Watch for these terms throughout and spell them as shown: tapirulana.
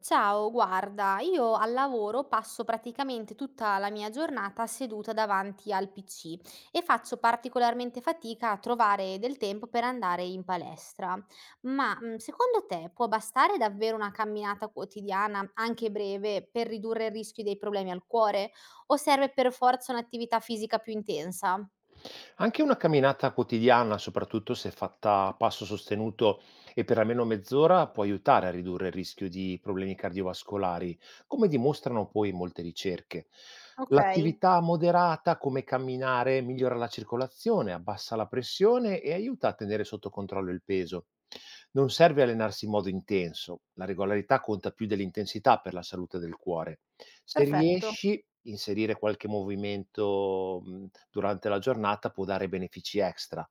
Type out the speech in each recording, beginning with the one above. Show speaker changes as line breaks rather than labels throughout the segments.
Ciao, guarda, io al lavoro passo praticamente tutta la mia giornata seduta davanti al PC e faccio particolarmente fatica a trovare del tempo per andare in palestra. Ma secondo te può bastare davvero una camminata quotidiana, anche breve, per ridurre il rischio dei problemi al cuore? O serve per forza un'attività fisica più intensa?
Anche una camminata quotidiana, soprattutto se fatta a passo sostenuto e per almeno mezz'ora, può aiutare a ridurre il rischio di problemi cardiovascolari, come dimostrano poi molte ricerche.
Ok,
L'attività moderata, come camminare, migliora la circolazione, abbassa la pressione e aiuta a tenere sotto controllo il peso. Non serve allenarsi in modo intenso, la regolarità conta più dell'intensità per la salute del cuore. Se
perfetto.
riesci, inserire qualche movimento, durante la giornata può dare benefici extra.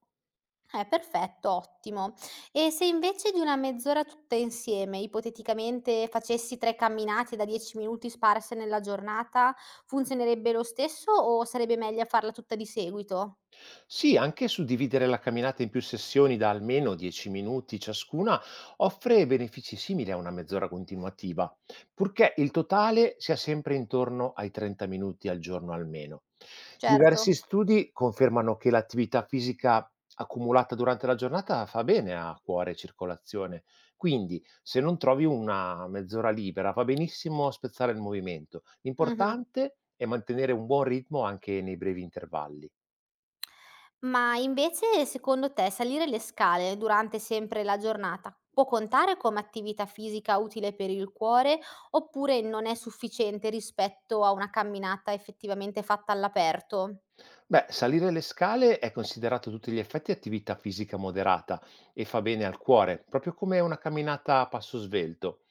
Perfetto, ottimo. E se invece di una mezz'ora tutte insieme, ipoteticamente, facessi 3 camminate da 10 minuti sparse nella giornata, funzionerebbe lo stesso o sarebbe meglio farla tutta di seguito?
Sì, anche suddividere la camminata in più sessioni da almeno 10 minuti ciascuna offre benefici simili a una mezz'ora continuativa, purché il totale sia sempre intorno ai 30 minuti al giorno almeno.
Certo.
Diversi studi confermano che l'attività fisica accumulata durante la giornata fa bene a cuore e circolazione, quindi se non trovi una mezz'ora libera va benissimo spezzare il movimento.
Mh-mh.
L'importante è mantenere un buon ritmo anche nei brevi intervalli.
Ma invece, secondo te, salire le scale durante sempre la giornata può contare come attività fisica utile per il cuore oppure non è sufficiente rispetto a una camminata effettivamente fatta all'aperto?
Beh, salire le scale è considerato a tutti gli effetti attività fisica moderata e fa bene al cuore, proprio come una camminata a passo svelto.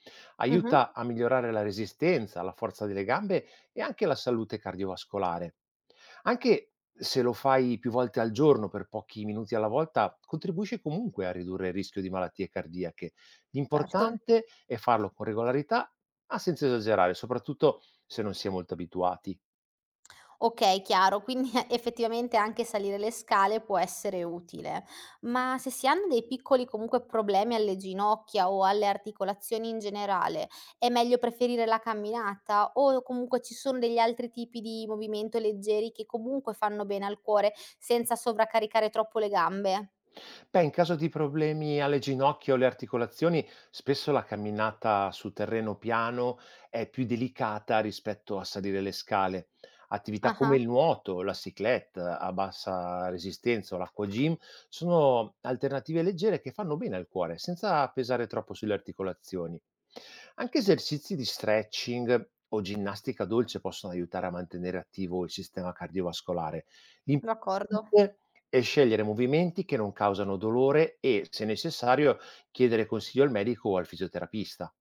Mh-mh.
Aiuta a migliorare la resistenza, la forza delle gambe e anche la salute cardiovascolare. Anche se lo fai più volte al giorno per pochi minuti alla volta, contribuisce comunque a ridurre il rischio di malattie cardiache.
Certo.
L'importante è farlo con regolarità, ma senza esagerare, soprattutto se non si è molto abituati.
Okay, chiaro, quindi effettivamente anche salire le scale può essere utile. Ma se si hanno dei piccoli comunque problemi alle ginocchia o alle articolazioni in generale, è meglio preferire la camminata o comunque ci sono degli altri tipi di movimento leggeri che comunque fanno bene al cuore senza sovraccaricare troppo le gambe?
Beh, in caso di problemi alle ginocchia o alle articolazioni, spesso la camminata su terreno piano è più delicata rispetto a salire le scale. Attività come
Ah-ah,
il nuoto, la cyclette a bassa resistenza o l'acqua gym sono alternative leggere che fanno bene al cuore, senza pesare troppo sulle articolazioni. Anche esercizi di stretching o ginnastica dolce possono aiutare a mantenere attivo il sistema cardiovascolare.
d'accordo.
L'importante e scegliere movimenti che non causano dolore e, se necessario, chiedere consiglio al medico o al fisioterapista.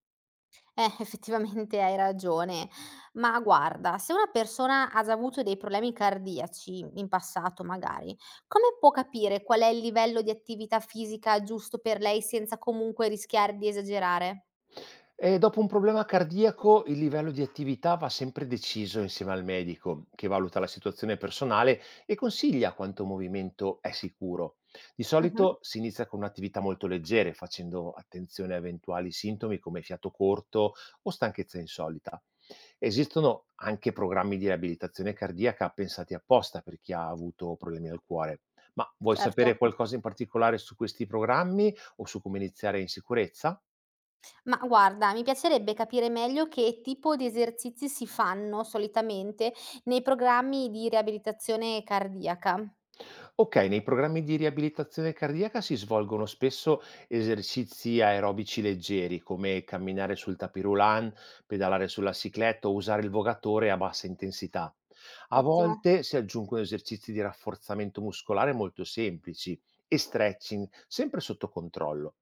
Effettivamente hai ragione. Ma guarda, se una persona ha già avuto dei problemi cardiaci in passato, magari, come può capire qual è il livello di attività fisica giusto per lei senza comunque rischiare di esagerare?
E dopo un problema cardiaco il livello di attività va sempre deciso insieme al medico, che valuta la situazione personale e consiglia quanto movimento è sicuro. Di
Mh-mh,
solito si inizia con attività molto leggere, facendo attenzione a eventuali sintomi come fiato corto o stanchezza insolita. Esistono anche programmi di riabilitazione cardiaca pensati apposta per chi ha avuto problemi al cuore. Ma vuoi sapere
certo.
qualcosa in particolare su questi programmi o su come iniziare in sicurezza?
Ma guarda, mi piacerebbe capire meglio che tipo di esercizi si fanno solitamente nei programmi di riabilitazione cardiaca.
Ok, nei programmi di riabilitazione cardiaca si svolgono spesso esercizi aerobici leggeri, come camminare sul tapirulan, pedalare sulla cicletta o usare il vogatore a bassa intensità. A
Ottimo,
volte si aggiungono esercizi di rafforzamento muscolare molto semplici e stretching, sempre sotto controllo.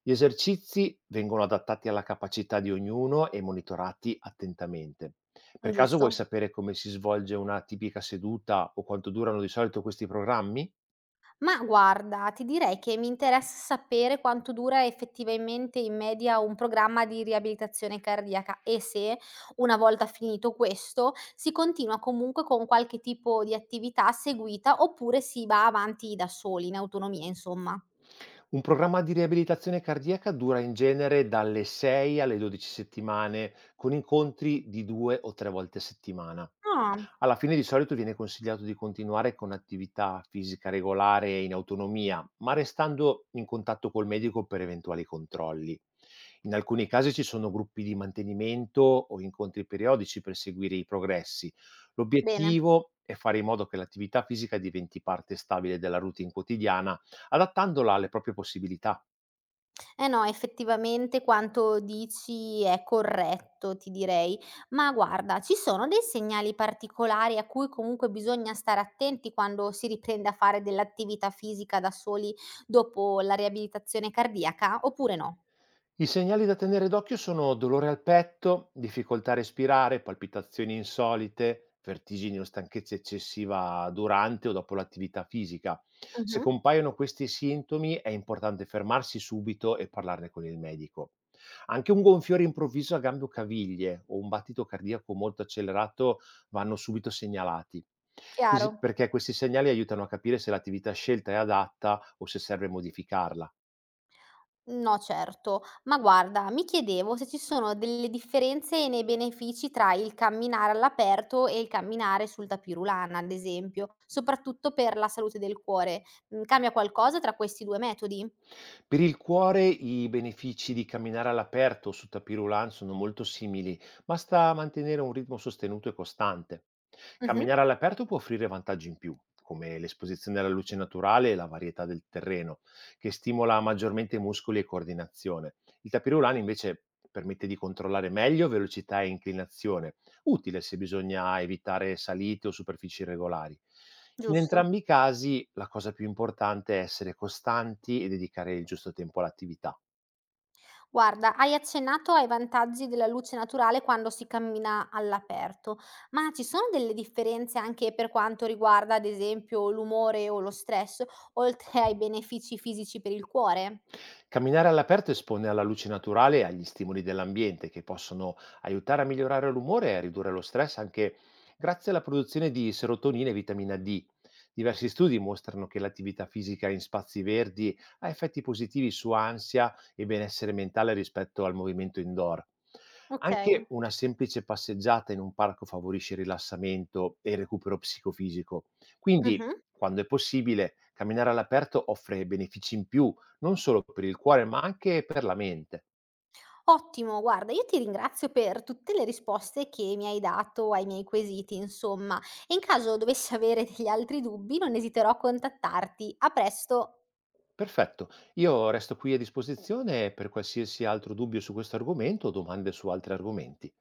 Gli esercizi vengono adattati alla capacità di ognuno e monitorati attentamente. Per caso vuoi
giusto.
sapere come si svolge una tipica seduta o quanto durano di solito questi programmi?
Ma guarda, ti direi che mi interessa sapere quanto dura effettivamente in media un programma di riabilitazione cardiaca e se, una volta finito questo, si continua comunque con qualche tipo di attività seguita oppure si va avanti da soli, in autonomia, insomma.
Un programma di riabilitazione cardiaca dura in genere dalle 6 alle 12 settimane, con incontri di 2 o 3 volte a settimana.
Ah,
Alla fine di solito viene consigliato di continuare con attività fisica regolare e in autonomia, ma restando in contatto col medico per eventuali controlli. In alcuni casi ci sono gruppi di mantenimento o incontri periodici per seguire i progressi.
bene.
L'obiettivo è fare in modo che l'attività fisica diventi parte stabile della routine quotidiana, adattandola alle proprie possibilità.
No, effettivamente quanto dici è corretto, ti direi. Ma guarda, ci sono dei segnali particolari a cui comunque bisogna stare attenti quando si riprende a fare dell'attività fisica da soli dopo la riabilitazione cardiaca, oppure no?
I segnali da tenere d'occhio sono dolore al petto, difficoltà a respirare, palpitazioni insolite, vertigini o stanchezza eccessiva durante o dopo l'attività fisica. Se
Mh-mh,
compaiono questi sintomi è importante fermarsi subito e parlarne con il medico. Anche un gonfiore improvviso a gambe o caviglie o un battito cardiaco molto accelerato vanno subito segnalati.
chiaro.
Perché questi segnali aiutano a capire se l'attività scelta è adatta o se serve modificarla.
No, certo. Ma guarda, mi chiedevo se ci sono delle differenze nei benefici tra il camminare all'aperto e il camminare sul tapirulana, ad esempio, soprattutto per la salute del cuore. Cambia qualcosa tra questi due metodi?
Per il cuore i benefici di camminare all'aperto su tapis roulant sono molto simili, basta mantenere un ritmo sostenuto e costante.
Mhm,
Camminare all'aperto può offrire vantaggi in più, come l'esposizione alla luce naturale e la varietà del terreno, che stimola maggiormente muscoli e coordinazione. Il tapis roulant invece permette di controllare meglio velocità e inclinazione, utile se bisogna evitare salite o superfici irregolari. In
giusto.
entrambi i casi la cosa più importante è essere costanti e dedicare il giusto tempo all'attività.
Guarda, hai accennato ai vantaggi della luce naturale quando si cammina all'aperto, ma ci sono delle differenze anche per quanto riguarda, ad esempio, l'umore o lo stress, oltre ai benefici fisici per il cuore?
Camminare all'aperto espone alla luce naturale e agli stimoli dell'ambiente che possono aiutare a migliorare l'umore e a ridurre lo stress anche grazie alla produzione di serotonina e vitamina D. Diversi studi mostrano che l'attività fisica in spazi verdi ha effetti positivi su ansia e benessere mentale rispetto al movimento indoor.
Ok.
Anche una semplice passeggiata in un parco favorisce il rilassamento e il recupero psicofisico. Quindi,
Mhm.
quando è possibile, camminare all'aperto offre benefici in più non solo per il cuore, ma anche per la mente.
Ottimo, guarda, io ti ringrazio per tutte le risposte che mi hai dato ai miei quesiti, insomma, e in caso dovessi avere degli altri dubbi non esiterò a contattarti. A presto!
Perfetto, io resto qui a disposizione per qualsiasi altro dubbio su questo argomento o domande su altri argomenti.